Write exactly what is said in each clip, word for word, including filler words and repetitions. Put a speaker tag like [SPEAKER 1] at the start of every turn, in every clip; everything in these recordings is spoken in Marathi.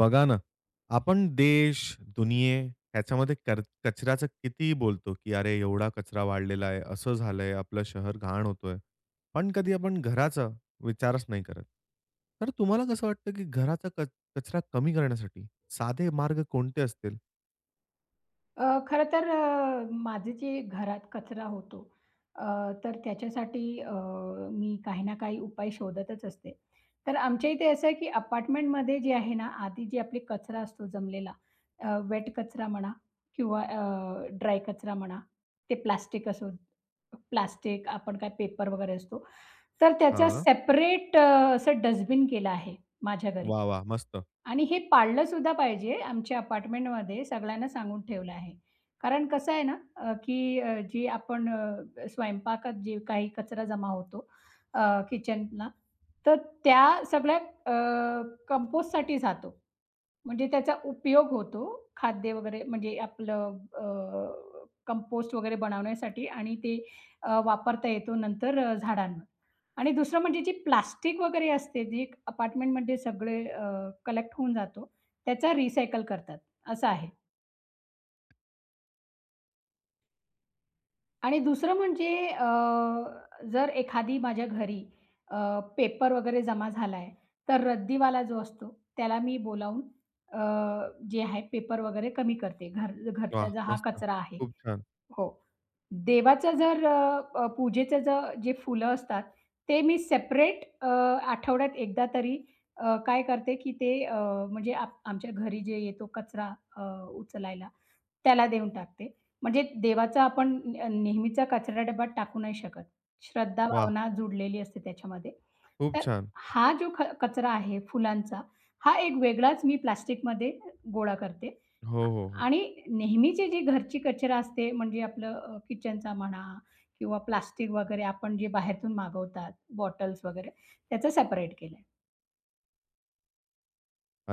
[SPEAKER 1] बघा ना, आपण देश, दुनिये ह्याच्यामध्ये कर कचऱ्याचं किती बोलतो, की "अरे, एवढा कचरा वाढलेला आहे, असं झालंय, आपलं शहर घाण होतोय." पण कधी आपण घराचा विचारच नाही करत. तर तुम्हाला कसं वाटतं, की घराचा कच कचरा कमी करण्यासाठी साधे मार्ग कोणते असतील?
[SPEAKER 2] अ, खरं तर अ, माझं जे घरात कचरा होतो, अ, तर त्याच्यासाठी अ, मी काही ना काही उपाय शोधतच असते. तर आमच्या इथे असं आहे की अपार्टमेंटमध्ये जे आहे ना, आधी जे आपली कचरा असतो जमलेला, अ, वेट कचरा म्हणा किंवा अ, ड्राय कचरा म्हणा, ते प्लास्टिक असो, प्लास्टिक आपण काय पेपर वगैरे असतो, तर त्याचा
[SPEAKER 1] हां.
[SPEAKER 2] सेपरेट अ, असं डस्टबिन केलं आहे माझ्या घरी.
[SPEAKER 1] वाह! वाह! मस्त.
[SPEAKER 2] आणि हे पाळलं सुद्धा पाहिजे आमच्या अपार्टमेंटमध्ये सगळ्यांना सांगून ठेवलं आहे. कारण कसं आहे ना, अ, की अ, जी आपण अ, स्वयंपाकात जे काही कचरा जमा होतो, अ, किचनला, तर त्या सगळ्या अ, कंपोस्टसाठी जातो. म्हणजे त्याचा उपयोग होतो खाद्य वगैरे म्हणजे आपलं अ, कंपोस्ट वगैरे बनवण्यासाठी आणि ते अ, वापरता येतो नंतर अ, झाडांना. आणि दुसरं म्हणजे जी प्लास्टिक वगैरे असते, जी अपार्टमेंटमध्ये सगळे अ, कलेक्ट होऊन जातो, त्याचा रिसायकल करतात, असं आहे. आणि दुसरं म्हणजे अ, जर एखादी माझ्या घरी अ, पेपर वगैरे जमा झाला आहे, तर रद्दीवाला जो असतो, त्याला मी बोलावून अ, जे आहे पेपर वगैरे कमी करते. घर घरचा
[SPEAKER 1] वाह!
[SPEAKER 2] जो हा
[SPEAKER 1] मस्त.
[SPEAKER 2] कचरा आहे.
[SPEAKER 1] खूप छान.
[SPEAKER 2] हो. देवाचं जर अ, अ, पूजेचं ज जे फुलं असतात, ते मी सेपरेट, अ, आठवड्यात एकदा तरी अ, काय करते, की ते अ, म्हणजे आप आमच्या घरी जे येतो कचरा अ, उचलायला, त्याला देऊन टाकते. म्हणजे देवाचा आपण न नेहमीचा कचरा डब्यात टाकू नाही शकत. श्रद्धा
[SPEAKER 1] वाह!
[SPEAKER 2] भावना जुडलेली असते त्याच्यामध्ये.
[SPEAKER 1] खूप
[SPEAKER 2] तर
[SPEAKER 1] छान.
[SPEAKER 2] हा जो ख कचरा आहे फुलांचा, हा एक वेगळाच मी प्लास्टिकमध्ये गोळा करते.
[SPEAKER 1] हो, हो, हो.
[SPEAKER 2] आणि नेहमीची जी घरची कचरा असते म्हणजे आपलं अ, किचनचा म्हणा किंवा प्लास्टिक वगैरे आपण जे बाहेरून मागवतात, बॉटल्स वगैरे त्याचं सेपरेट केलंय.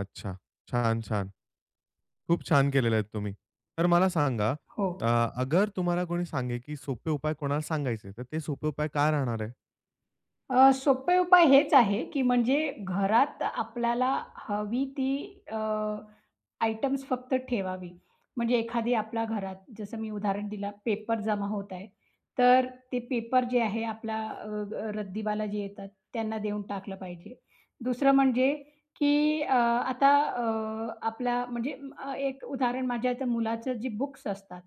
[SPEAKER 1] अच्छा. छान, छान. खूप छान केलेले आहेत तुम्ही. तर मला सांगा,
[SPEAKER 2] हो.
[SPEAKER 1] अ, अगर तुम्हाला कोणी सांगे, की सोपे उपाय कोणाला सांगायचे, तर ते सोपे उपाय काय राहणार आहे?
[SPEAKER 2] अ, सोपे उपाय हेच आहे, की म्हणजे घरात आपल्याला हवी ती अ, आयटम्स फक्त ठेवावी. म्हणजे एखादी आपला घरात जसं मी उदाहरण दिला पेपर जमा होत आहे, तर ते पेपर जे आहे आपला अ, अ, रद्दीवाला जे येतात त्यांना देऊन टाकलं पाहिजे. दुसरं म्हणजे की अ, आता अ, आपला म्हणजे अ, एक उदाहरण माझ्या आता मुलाचं जी बुक्स असतात,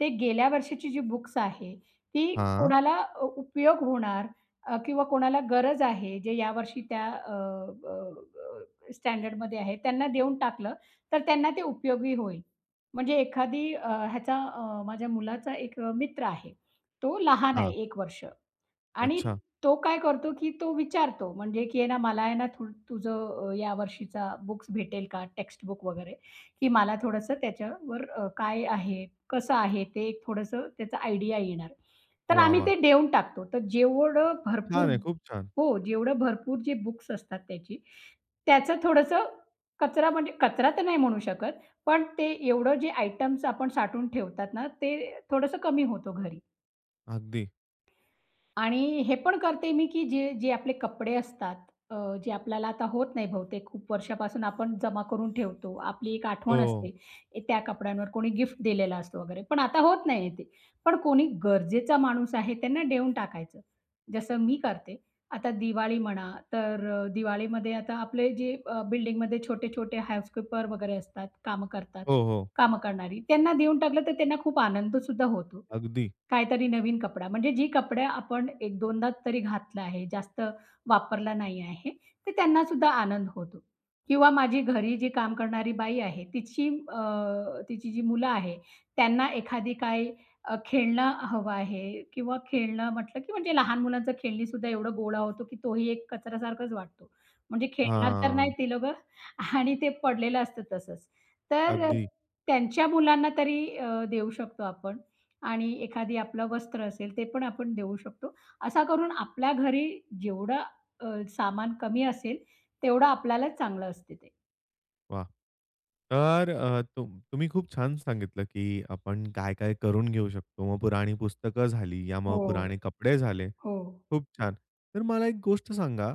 [SPEAKER 2] ते गेल्या वर्षीची जी बुक्स आहे, ती
[SPEAKER 1] हां,
[SPEAKER 2] कोणाला अ, उपयोग होणार अ, किंवा कोणाला गरज आहे जे यावर्षी त्या अ, अ, अ, स्टँडर्डमध्ये आहे त्यांना देऊन टाकलं. तर त्यांना ते उपयोगी होईल. म्हणजे एखादी अ, ह्याचा अ, माझ्या मुलाचा एक अ, मित्र आहे. तो लहान आहे
[SPEAKER 1] हां.
[SPEAKER 2] एक वर्ष. आणि
[SPEAKER 1] अच्छा.
[SPEAKER 2] तो काय करतो, की तो विचारतो म्हणजे, की आहे ना, मला आहे ना, थो तुझं अ, या वर्षीचा बुक्स भेटेल का? टेक्स्ट बुक वगैरे, की मला थोडंसं त्याच्यावर अ, काय आहे, कसं आहे ते एक थोडंसं त्याचा आयडिया येणार. तर
[SPEAKER 1] वाह,
[SPEAKER 2] आम्ही
[SPEAKER 1] वाह!
[SPEAKER 2] ते देऊन टाकतो. तर जेवढं
[SPEAKER 1] छान
[SPEAKER 2] भरपूर.
[SPEAKER 1] आहे, खूप छान.
[SPEAKER 2] हो, जेवढं भरपूर जे बुक्स असतात त्याची, त्याचं थोडंसं कचरा म्हणजे कचरा तर नाही म्हणू शकत, पण ते एवढं जे आयटम्स आपण साठवून ठेवतात ना, ते थोडंसं कमी होतो घरी.
[SPEAKER 1] अगदी.
[SPEAKER 2] आणि हे पण करते मी, की जे जे आपले कपडे असतात, अ, जे आपल्याला आता होत नाही बहुतेक खूप वर्षापासून आपण जमा करून ठेवतो. आपली एक आठवण
[SPEAKER 1] हो.
[SPEAKER 2] हं. असते, ए, त्या कपड्यांवर कोणी गिफ्ट दिलेला असतो वगैरे. पण आता होत नाही आहे ते. पण कोणी गरजेचा माणूस आहे त्यांना देऊन टाकायचं. जसं मी करते. आता दिवाळी म्हणा, तर अ, दिवाळीमध्ये आता आपले जे अ, बिल्डिंगमध्ये छोटे-छोटे हाउसकीपर वगैरे असतात, कामं करतात,
[SPEAKER 1] हो, हो.
[SPEAKER 2] कामं करणारी. त्यांना देऊन टाकलं तर त्यांना खूप आनंदसुद्धा होतो.
[SPEAKER 1] अगदी.
[SPEAKER 2] काहीतरी नवीन कपडा, म्हणजे जी कपडे आपण एक दोनदा तरी घातला आहे, जास्त वापरला नाही आहे, तर त्यांना सुद्धा आनंद होतो. किंवा माझी घरी जी काम करणारी बाई आहे, तिची अ, तिची जी मुलं आहे, त्यांना एखादी काही अ, खेळणं हवं आहे किंवा खेळणं म्हटलं, की म्हणजे लहान मुलांचं खेळणी सुद्धा एवढं गोळा होतो, की तोही एक कचऱ्यासारखाच वाटतो. म्हणजे खेळणार तर नाही
[SPEAKER 1] हां.
[SPEAKER 2] ते लोकं आणि ते पडलेलं असतं तसंच. तर
[SPEAKER 1] अगदी.
[SPEAKER 2] त्यांच्या मुलांना तरी अ, देऊ शकतो आपण आणि एखादी आपलं वस्त्र असेल ते पण आपण देऊ शकतो. असा करून आपल्या घरी जेवढं अ, सामान कमी असेल तेवढं आपल्याला चांगलं असते ते.
[SPEAKER 1] वाह! तर अ, तुम तुम्ही खूप छान सांगितलं, की आपण काय-काय करून घेऊ शकतो. मग पुराणी पुस्तकं झाली, या मग
[SPEAKER 2] हो,
[SPEAKER 1] पुराणे कपडे झाले.
[SPEAKER 2] हो,
[SPEAKER 1] खूप छान. तर मला एक गोष्ट सांगा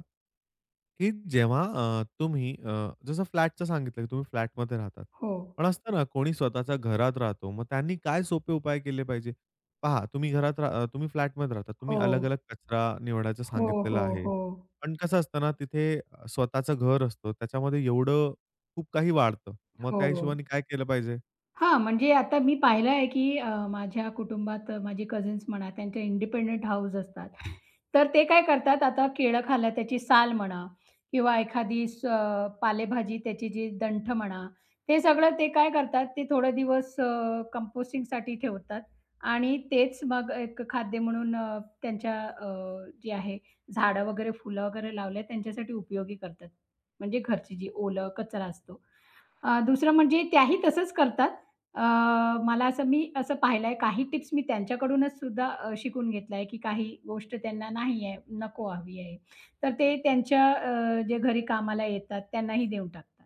[SPEAKER 1] की जेव्हा अ, तुम्ही अ, जसं फ्लॅटचं सांगितलं की तुम्ही फ्लॅटमध्ये राहतात.
[SPEAKER 2] हो,
[SPEAKER 1] पण असतं ना कोणी स्वतःच्या घरात राहतो. मग त्यांनी काय सोपे उपाय केले पाहिजे? पहा तुम्ही घरात रा अ, तुम्ही फ्लॅटमध्ये राहता. तुम्ही
[SPEAKER 2] हो,
[SPEAKER 1] अलग-अलग कचरा निवडायचं
[SPEAKER 2] हो,
[SPEAKER 1] सांगितलेलं
[SPEAKER 2] हो,
[SPEAKER 1] आहे.
[SPEAKER 2] हो,
[SPEAKER 1] पण कसं असतं ना तिथे अ, स्वतःचं घर असतं. त्याच्यामध्ये एवढं खूप काही वाढतं. मग
[SPEAKER 2] हो,
[SPEAKER 1] त्या
[SPEAKER 2] हो.
[SPEAKER 1] हिशोबाने काय केलं पाहिजे?
[SPEAKER 2] हां, म्हणजे आता मी पाहिलं आहे, की अ, माझ्या कुटुंबात माझे कझन्स म्हणा, त्यांच्या इंडिपेंडंट हाऊस असतात. तर ते काय करतात, आता केळं खाल्लं त्याची साल म्हणा किंवा एखादी स अ, पालेभाजी त्याची जी दंठ म्हणा, ते सगळं ते काय करतात, ते थोडे दिवस अ, कंपोस्टिंगसाठी ठेवतात आणि तेच मग एक खाद्य म्हणून अ, त्यांच्या अ, जे आहे झाडं वगैरे, फुलं वगैरे लावले त्यांच्यासाठी उपयोगी करतात. म्हणजे घरची जी ओलं कचरा असतो. अ, दुसरं म्हणजे त्याही तसंच करतात. अ, मला असं मी असं पाहिलंय काही टिप्स मी त्यांच्याकडूनच सुद्धा अ, शिकून घेतलाय, की काही गोष्ट त्यांना नाही आहे, नको हवी आहे. तर ते त्यांच्या अ, जे घरी कामाला येतात त्यांनाही देऊन टाकतात.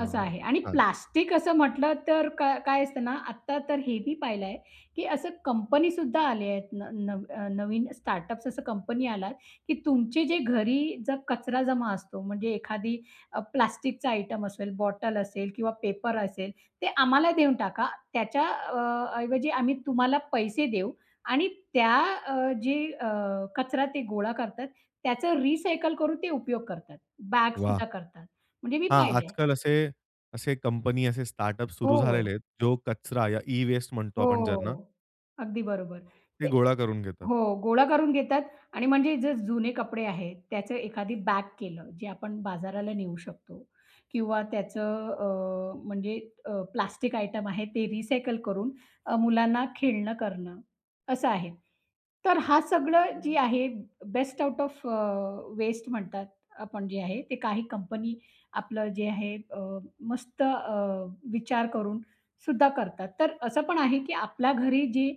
[SPEAKER 2] असं आहे आणि
[SPEAKER 1] छान.
[SPEAKER 2] प्लास्टिक असं म्हटलं तर का काय असतं ना, आत्ता तर हे मी पाहिलंय, की असं कंपनीसुद्धा आले आहेत. न नव अ, नवीन स्टार्टअप्स असं कंपनी आलात, की तुमचे जे घरी जर कचरा जमा असतो म्हणजे एखादी अ, प्लास्टिकचा आयटम असेल, बॉटल असेल किंवा पेपर असेल, ते आम्हाला देऊन टाका. त्याच्या अ, ऐवजी आम्ही तुम्हाला पैसे देऊ आणि त्या अ, जे अ, कचरा ते गोळा करतात, त्याचं रिसायकल करून ते उपयोग करतात.
[SPEAKER 1] वाह!
[SPEAKER 2] बॅगसुद्धा करतात. म्हणजे मी
[SPEAKER 1] हां,
[SPEAKER 2] पाहिलंय.
[SPEAKER 1] आजकाल असे असे कंपनी असे स्टार्टअप सुरू
[SPEAKER 2] हो,
[SPEAKER 1] झालेले आहेत. जो कचरा या ई-वेस्ट म्हणतो आपण ज्यांना,
[SPEAKER 2] हो. अगदी बरोबर.
[SPEAKER 1] ते
[SPEAKER 2] ते.
[SPEAKER 1] गोळा करून घेतात.
[SPEAKER 2] हो, गोळा करून घेतात आणि म्हणजे जे जुने कपडे आहेत, त्याचं एखादी बॅग केलं, जे आपण बाजाराला नेऊ शकतो किंवा त्याचं अ, म्हणजे अ, प्लास्टिक आयटम आहे ते रिसायकल करून अ, मुलांना खेळणं करणं, असं आहे. तर हा सगळं जी आहे best out of uh, waste म्हणतात आपण जे आहे, ते काही कंपनी आपलं जे आहे अ, मस्त अ, विचार करून सुद्धा करतात. तर असं पण आहे, की आपल्या घरी जे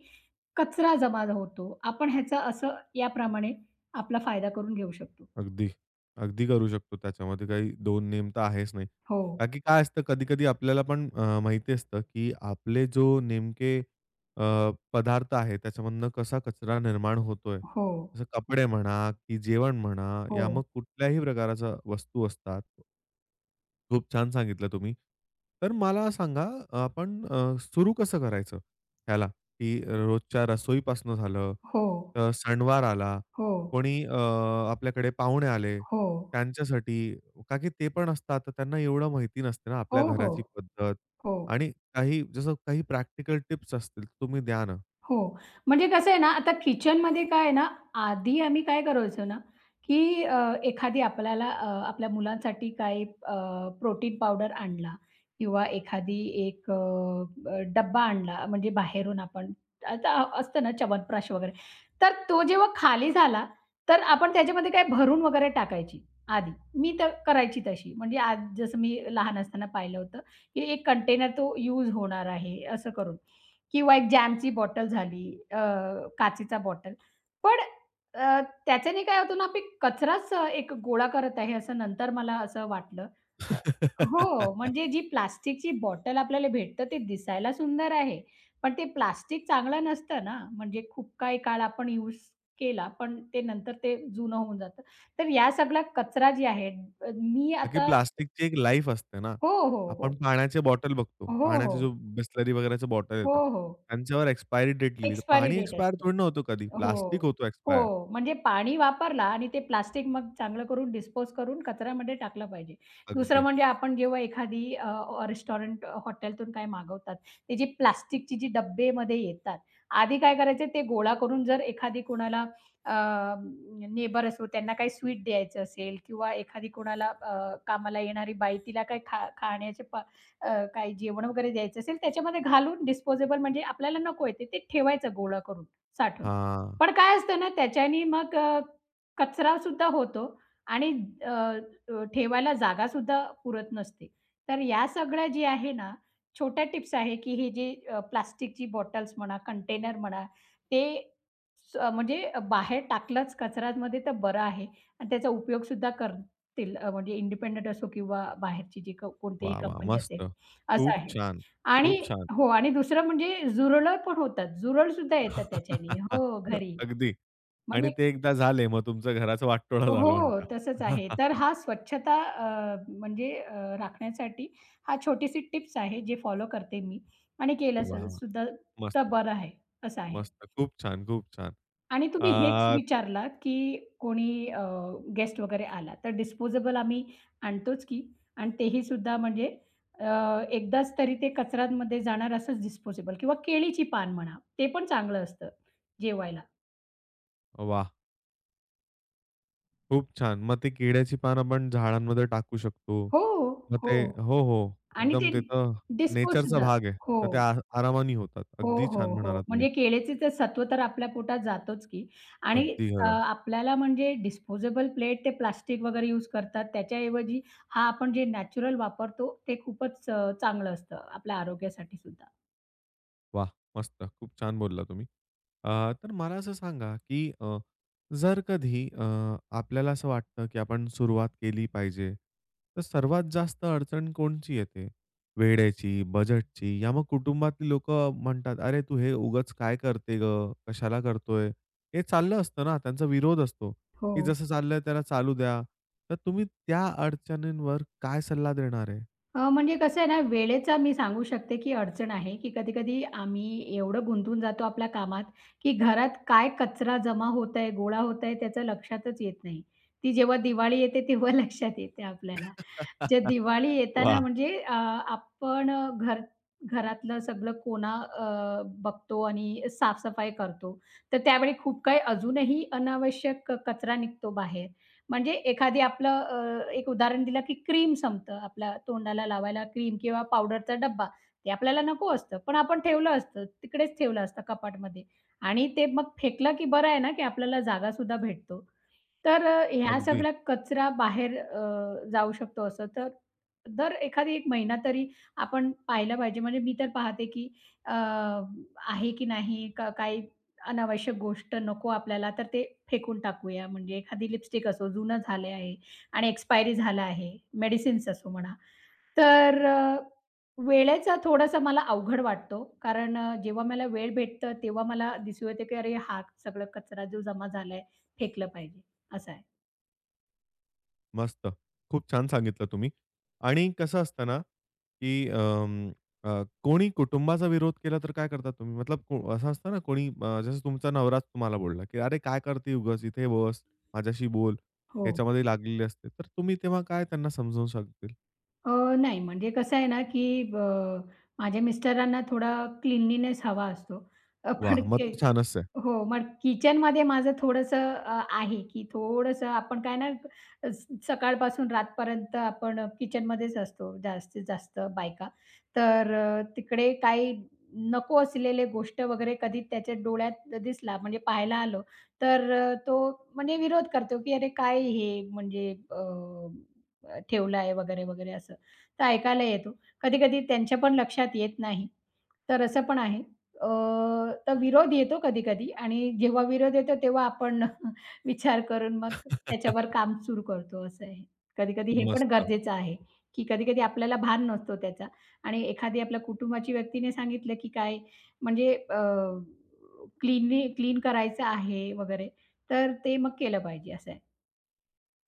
[SPEAKER 2] कचरा जमा होतो. आपण ह्याचा असं याप्रमाणे आपला फायदा करून घेऊ शकतो.
[SPEAKER 1] अगदी. अगदी करू शकतो. त्याच्यामध्ये काही दो नेम तर आहेच नाही.
[SPEAKER 2] हो,
[SPEAKER 1] का की काय असतं कधी-कधी आपल्याला पण अ, माहिती असतं, की आपले जो नेमके अ, पदार्थ आहे त्याच्यामधनं कसा कचरा निर्माण होतोय.
[SPEAKER 2] हो,
[SPEAKER 1] जसं कपडे म्हणा, की जेवण म्हणा, या
[SPEAKER 2] हो,
[SPEAKER 1] मग कुठल्याही प्रकारच्या वस्तू असतात. खूप छान सांगितलं तुम्ही. तर मला सांगा आपण अ, सुरू कसं करायचं ह्याला, की रोजच्या रसोईपासून झालं,
[SPEAKER 2] हो,
[SPEAKER 1] तर सणवार आला,
[SPEAKER 2] हो,
[SPEAKER 1] कोणी अ, आपल्याकडे पाहुणे आले,
[SPEAKER 2] हो,
[SPEAKER 1] त्यांच्यासाठी का की ते पण असतात, तर त्यांना एवढं माहिती नसते ना
[SPEAKER 2] हो,
[SPEAKER 1] आपल्या
[SPEAKER 2] हो, हो,
[SPEAKER 1] घराची पद्धत
[SPEAKER 2] हो.
[SPEAKER 1] आणि काही जसं काही प्रॅक्टिकल टिप्स असतील तुम्ही द्या ना?
[SPEAKER 2] हो. म्हणजे कसं आहे ना, आता किचनमध्ये काय आहे ना, आधी आम्ही काय करायचो ना, की अ, एखादी आपल्याला अ, आपल्या मुलांसाठी काही अ, प्रोटीन पावडर आणला किंवा एखादी एक अ, अ, डब्बा आणला म्हणजे बाहेरून आपण आता अ- असतं ना च्यवनप्राश वगैरे. तर तो जेव्हा खाली झाला, तर आपण त्याच्यामध्ये काय भरून वगैरे टाकायची आधी. मी तर करायची तशी. म्हणजे आज जसं मी लहान असताना पाहिलं होतं, की एक कंटेनर तो यूज होणार आहे असं करून. किंवा एक जॅमची बॉटल झाली, अ, काचेचा बॉटल. पण अ, त्याच्याने काय होतं ना, आपण कचराच एक गोळा करत आहे, असं नंतर मला असं वाटलं. हो, म्हणजे जी प्लास्टिकची बॉटल आपल्याला भेटतं, ते दिसायला सुंदर आहे, पण ते प्लास्टिक चांगलं नसतं ना, म्हणजे खूप काही काळ आपण यूज केला, पण ते नंतर ते जुनं होऊन जातं. तर या सगळा कचरा जे आहे, मी
[SPEAKER 1] का की
[SPEAKER 2] आता.
[SPEAKER 1] प्लास्टिकची एक लाईफ असते ना.
[SPEAKER 2] हो, हो, हो.
[SPEAKER 1] आपण पाण्याची बॉटल बघतो.
[SPEAKER 2] हो,
[SPEAKER 1] पाण्याचे
[SPEAKER 2] हो.
[SPEAKER 1] जो बिसलरी वगैरेच्या बॉटल
[SPEAKER 2] हो,
[SPEAKER 1] येतात.
[SPEAKER 2] हो.
[SPEAKER 1] त्यांच्यावर एक्सपायरी डेट लिहिली. तर
[SPEAKER 2] एक्सपायरी
[SPEAKER 1] पाणी
[SPEAKER 2] डेट
[SPEAKER 1] एक्सपायर
[SPEAKER 2] असतो.
[SPEAKER 1] थोडी ना होतो कधी. प्लास्टिक
[SPEAKER 2] हो.
[SPEAKER 1] होतो एक्सपायर.
[SPEAKER 2] हो. म्हणजे पाणी वापरला आणि ते प्लास्टिक मग चांगलं करून डिस्पोज करून कचऱ्यामध्ये टाकलं पाहिजे. दुसरं
[SPEAKER 1] अगदी.
[SPEAKER 2] म्हणजे आपण जेव्हा एखादी अ, रेस्टॉरंट, हॉटेलतून काही मागवतात, ते जी प्लास्टिकची जी डब्बेमध्ये येतात, आधी काय करायचे ते गोळा करून जर एखादी कोणाला नेबर असो त्यांना काही स्वीट द्यायचं असेल किंवा एखादी कोणाला अ, कामाला येणारी बाई तिला काही खा खाण्याचे प अ, काही जेवण वगैरे द्यायचं असेल, त्याच्यामध्ये घालून डिस्पोजेबल म्हणजे आपल्याला नको आहे ते, ते ठेवायचं गोळा करून साठवून.
[SPEAKER 1] हां.
[SPEAKER 2] पण काय असतं ना त्याच्याने मग अ, कचरा सुद्धा होतो आणि अ, अ, ठेवायला जागा सुद्धा पुरत नसते. तर या सगळ्या जे आहे ना, छोट्या टिप्स आहे, की हे जे अ, प्लास्टिकची बॉटल्स म्हणा, कंटेनर म्हणा, ते स म्हणजे बाहेर टाकलंच कचऱ्यामध्ये तर बरं आहे आणि त्याचा उपयोग सुद्धा करतील अ, म्हणजे इंडिपेंडंट असो किंवा बाहेरची जी क कोणतीही
[SPEAKER 1] वाह! वाह!
[SPEAKER 2] कंपनी असेल,
[SPEAKER 1] मस्त.
[SPEAKER 2] असं
[SPEAKER 1] खूप
[SPEAKER 2] आहे.
[SPEAKER 1] छान.
[SPEAKER 2] आणि
[SPEAKER 1] खूप छान.
[SPEAKER 2] हो आणि दुसरं म्हणजे जुरळं पण होतात. जुरळ सुद्धा येतात त्याच्याने. हो, घरी.
[SPEAKER 1] अगदी. आणि
[SPEAKER 2] म्हणजे
[SPEAKER 1] ते एकदा झाले, मग तुमचा घराचा वाटोळा
[SPEAKER 2] हो,
[SPEAKER 1] झाला म्हणता.
[SPEAKER 2] तसंच आहे. तर हा स्वच्छता अ, म्हणजे अ, राखण्यासाठी हा छोटीशी टिप्स आहे, जे फॉलो करते मी आणि केलं स
[SPEAKER 1] वाह! वाह!
[SPEAKER 2] सुद्धा
[SPEAKER 1] मस्त,
[SPEAKER 2] तर बरं आहे, असं आहे.
[SPEAKER 1] मस्त. खूप छान, खूप छान.
[SPEAKER 2] आणि तुम्ही हेच
[SPEAKER 1] अ,
[SPEAKER 2] विचारला, की कोणी गेस्ट वगैरे आला, तर डिस्पोजेबल आम्ही आणतोच की आणि तेही सुद्धा म्हणजे अ, एकदाच तरी ते कचऱ्यांमध्ये जाणार असंच डिस्पोजेबल किंवा केळीची पान म्हणा, ते पण चांगलं असतं जेवायला.
[SPEAKER 1] वाह! खूप छान. मग ती केळ्याची पान आपण झाडांमध्ये टाकू शकतो.
[SPEAKER 2] हो,
[SPEAKER 1] मग
[SPEAKER 2] हो
[SPEAKER 1] ते हो, हो.
[SPEAKER 2] आणि ते
[SPEAKER 1] एकदम ते तर
[SPEAKER 2] डिस्पोज
[SPEAKER 1] नेचरचा
[SPEAKER 2] सुद्धा.
[SPEAKER 1] भाग आहे.
[SPEAKER 2] हो.
[SPEAKER 1] तर ते आ आरामाने होतात.
[SPEAKER 2] हो,
[SPEAKER 1] अगदी
[SPEAKER 2] हो,
[SPEAKER 1] छान
[SPEAKER 2] हो.
[SPEAKER 1] म्हणाला तुम्ही.
[SPEAKER 2] म्हणजे केळीचं सत्व तर आपल्या पोटात जातोच की आणि
[SPEAKER 1] अगदी
[SPEAKER 2] अ,
[SPEAKER 1] खरं.
[SPEAKER 2] आपल्याला म्हणजे डिस्पोजेबल प्लेट ते प्लास्टिक वगैरे यूज करतात. त्याच्याऐवजी हा आपण जे नॅचरल वापरतो ते खूपच अ, चांगलं असतं आपल्या आरोग्यासाठी सुद्धा.
[SPEAKER 1] वाह! मस्त. खूप छान बोलला तुम्ही. अ, तर मला असं सांगा, की अ, जर कधी अ, आपल्याला असं वाटतं, की आपण सुरुवात केली पाहिजे, तर सर्वात जास्त अडचण कोणची येते? वेळेची, बजेटची या मग कुटुंबातली लोकं म्हणतात, "अरे, तू हे उगाच काय करते गं? कशाला करतोय?" हे चाललं असतं ना, त्यांचा विरोध असतो,
[SPEAKER 2] हो.
[SPEAKER 1] की "जसं चाललंय त्याला चालू द्या." तर तुम्ही त्या अडचणींवर काय सल्ला देणार आहे?
[SPEAKER 2] अ, म्हणजे कसं आहे ना, वेळेचा मी सांगू शकते की अडचण आहे, की कधी-कधी आम्ही एवढं गुंतून जातो आपल्या कामात, की घरात काय कचरा जमा होत आहे, गोळा होत आहे त्याचं लक्षातच येत नाही. ती जेव्हा दिवाळी येते तेव्हा लक्षात येते आपल्याला. जे दिवाळी येताना
[SPEAKER 1] वाह!
[SPEAKER 2] म्हणजे अ, आपण अ, घर घरातलं सगळं कोना अ, बघतो आणि साफ-सफाई करतो. तर त्यावेळी खूप काही अजूनही अनावश्यक कचरा निघतो बाहेर. म्हणजे एखादी आपलं अ, एक उदाहरण दिलं, की क्रीम संपतं. आपल्या तोंडाला लावायला क्रीम किंवा पावडरचा डब्बा. ते आपल्याला नको असतं, पण आपण ठेवलं असतं. तिकडेच ठेवलं असतं कपाटमध्ये आणि ते मग फेकलं, की बरं आहे ना, की आपल्याला जागासुद्धा भेटतो. तर अ, ह्या
[SPEAKER 1] अगदी.
[SPEAKER 2] सगळ्या कचरा बाहेर अ, जाऊ शकतो असं तर दर एखादी एक महिना तरी आपण पाहिला पाहिजे. म्हणजे मी तर पाहते, की अ, आहे की नाही का काही अनावश्यक गोष्ट नको आपल्याला तर ते फेकून टाकूया. म्हणजे एखादी लिपस्टिक असो, जुनं झालं आहे आणि एक्सपायरी झालं आहे, मेडिसिन्स असो म्हणा. तर अ, वेळेचा थोडासा मला अवघड वाटतो. कारण अ, जेव्हा मला वेळ भेटतं तेव्हा मला दिसू येते, की अरे हा सगळं कचरा जो जमा झालाय फेकलं पाहिजे, असं आहे.
[SPEAKER 1] मस्त. खूप छान सांगितलं तुम्ही. आणि कसं असतं ना, की अं, अ, कोणी कुटुंबाचा विरोध केला तर काय करता तुम्ही? मतलब को असं असतं ना कोणी अ, जसं तुमचा नवराच तुम्हाला बोलला, की "अरे काय करते उगाच? इथे बस, माझ्याशी बोल."
[SPEAKER 2] हो.
[SPEAKER 1] ह्याच्यामध्ये लागलेली असते. तर तुम्ही तेव्हा काय त्यांना समजावून सांगतील?
[SPEAKER 2] अ, नाही म्हणजे कसं आहे ना, की अ, माझ्या मिस्टरांना थोडा क्लीनलीनेस हवा असतो. अ, पण
[SPEAKER 1] वाह! मग
[SPEAKER 2] के
[SPEAKER 1] तर छानच आहे.
[SPEAKER 2] हो, मग किचनमध्ये माझं थोडंसं अ, आहे, की थोडंसं आपण काय ना स सकाळपासून रातपर्यंत आपण किचनमध्येच असतो जास्तीत जास्त बायका. तर अ, तिकडे काही नको असलेले गोष्ट वगैरे कधी त्याच्या डोळ्यात दिसला म्हणजे पाहायला आलो, तर अ, तो म्हणजे विरोध करतो, की "अरे काय हे म्हणजे अ, अ, ठेवलं आहे," वगैरे, वगैरे असं. तर ऐकायला येतो. कधी-कधी त्यांच्या पण लक्षात येत नाही. तर असं पण आहे. अ, तर विरोध येतो कधी-कधी आणि जेव्हा विरोध येतो तेव्हा आपण विचार करून मग त्याच्यावर काम सुरू करतो असं आहे. कधी-कधी हे पण
[SPEAKER 1] मस्त.
[SPEAKER 2] गरजेचं आहे, की कधी-कधी आपल्याला भान नसतो त्याचा आणि एखादी आपल्या कुटुंबाची व्यक्तीने सांगितलं, की काय म्हणजे अ, क्लीनली क्लीन करायचं आहे वगैरे, तर ते मग केलं पाहिजे असं आहे.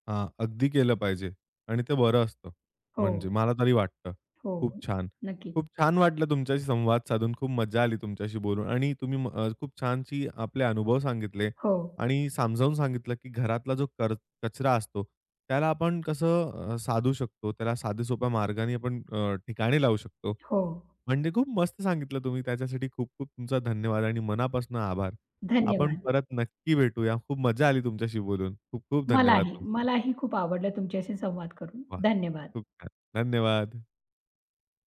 [SPEAKER 1] हां, अगदी केलं पाहिजे आणि ते बरं असतं.
[SPEAKER 2] हो,
[SPEAKER 1] म्हणजे मला तरी वाटतं.
[SPEAKER 2] हो.
[SPEAKER 1] खूप छान.
[SPEAKER 2] नक्कीच.
[SPEAKER 1] खूप छान वाटलं तुमच्याशी संवाद साधून. खूप मजा आली तुमच्याशी बोलून आणि तुम्ही अ, खूप छानशी आपले अनुभव सांगितले
[SPEAKER 2] हो,
[SPEAKER 1] आणि समजावून सांगितलं, की घरातला जो कर कचरा असतो, त्याला आपण कसं अ, साधू शकतो. त्याला साध्या-सोप्या मार्गाने आपण अ, ठिकाणी लावू शकतो.
[SPEAKER 2] हो.
[SPEAKER 1] म्हणजे खूप मस्त सांगितलं तुम्ही. त्याच्यासाठी खूप-खूप तुमचा धन्यवाद आणि मनापासून आभार. आपण
[SPEAKER 2] धन्यवाद.
[SPEAKER 1] परत नक्की भेटूया. खूप मजा आली तुमच्याशी बोलून. खूप-खूप धन्यवाद
[SPEAKER 2] मलाही,
[SPEAKER 1] तुमचं.
[SPEAKER 2] मलाही खूप आवडलं तुमच्याशी संवाद करून.
[SPEAKER 1] वाह!
[SPEAKER 2] धन्यवाद.
[SPEAKER 1] खूप छान. धन्यवाद.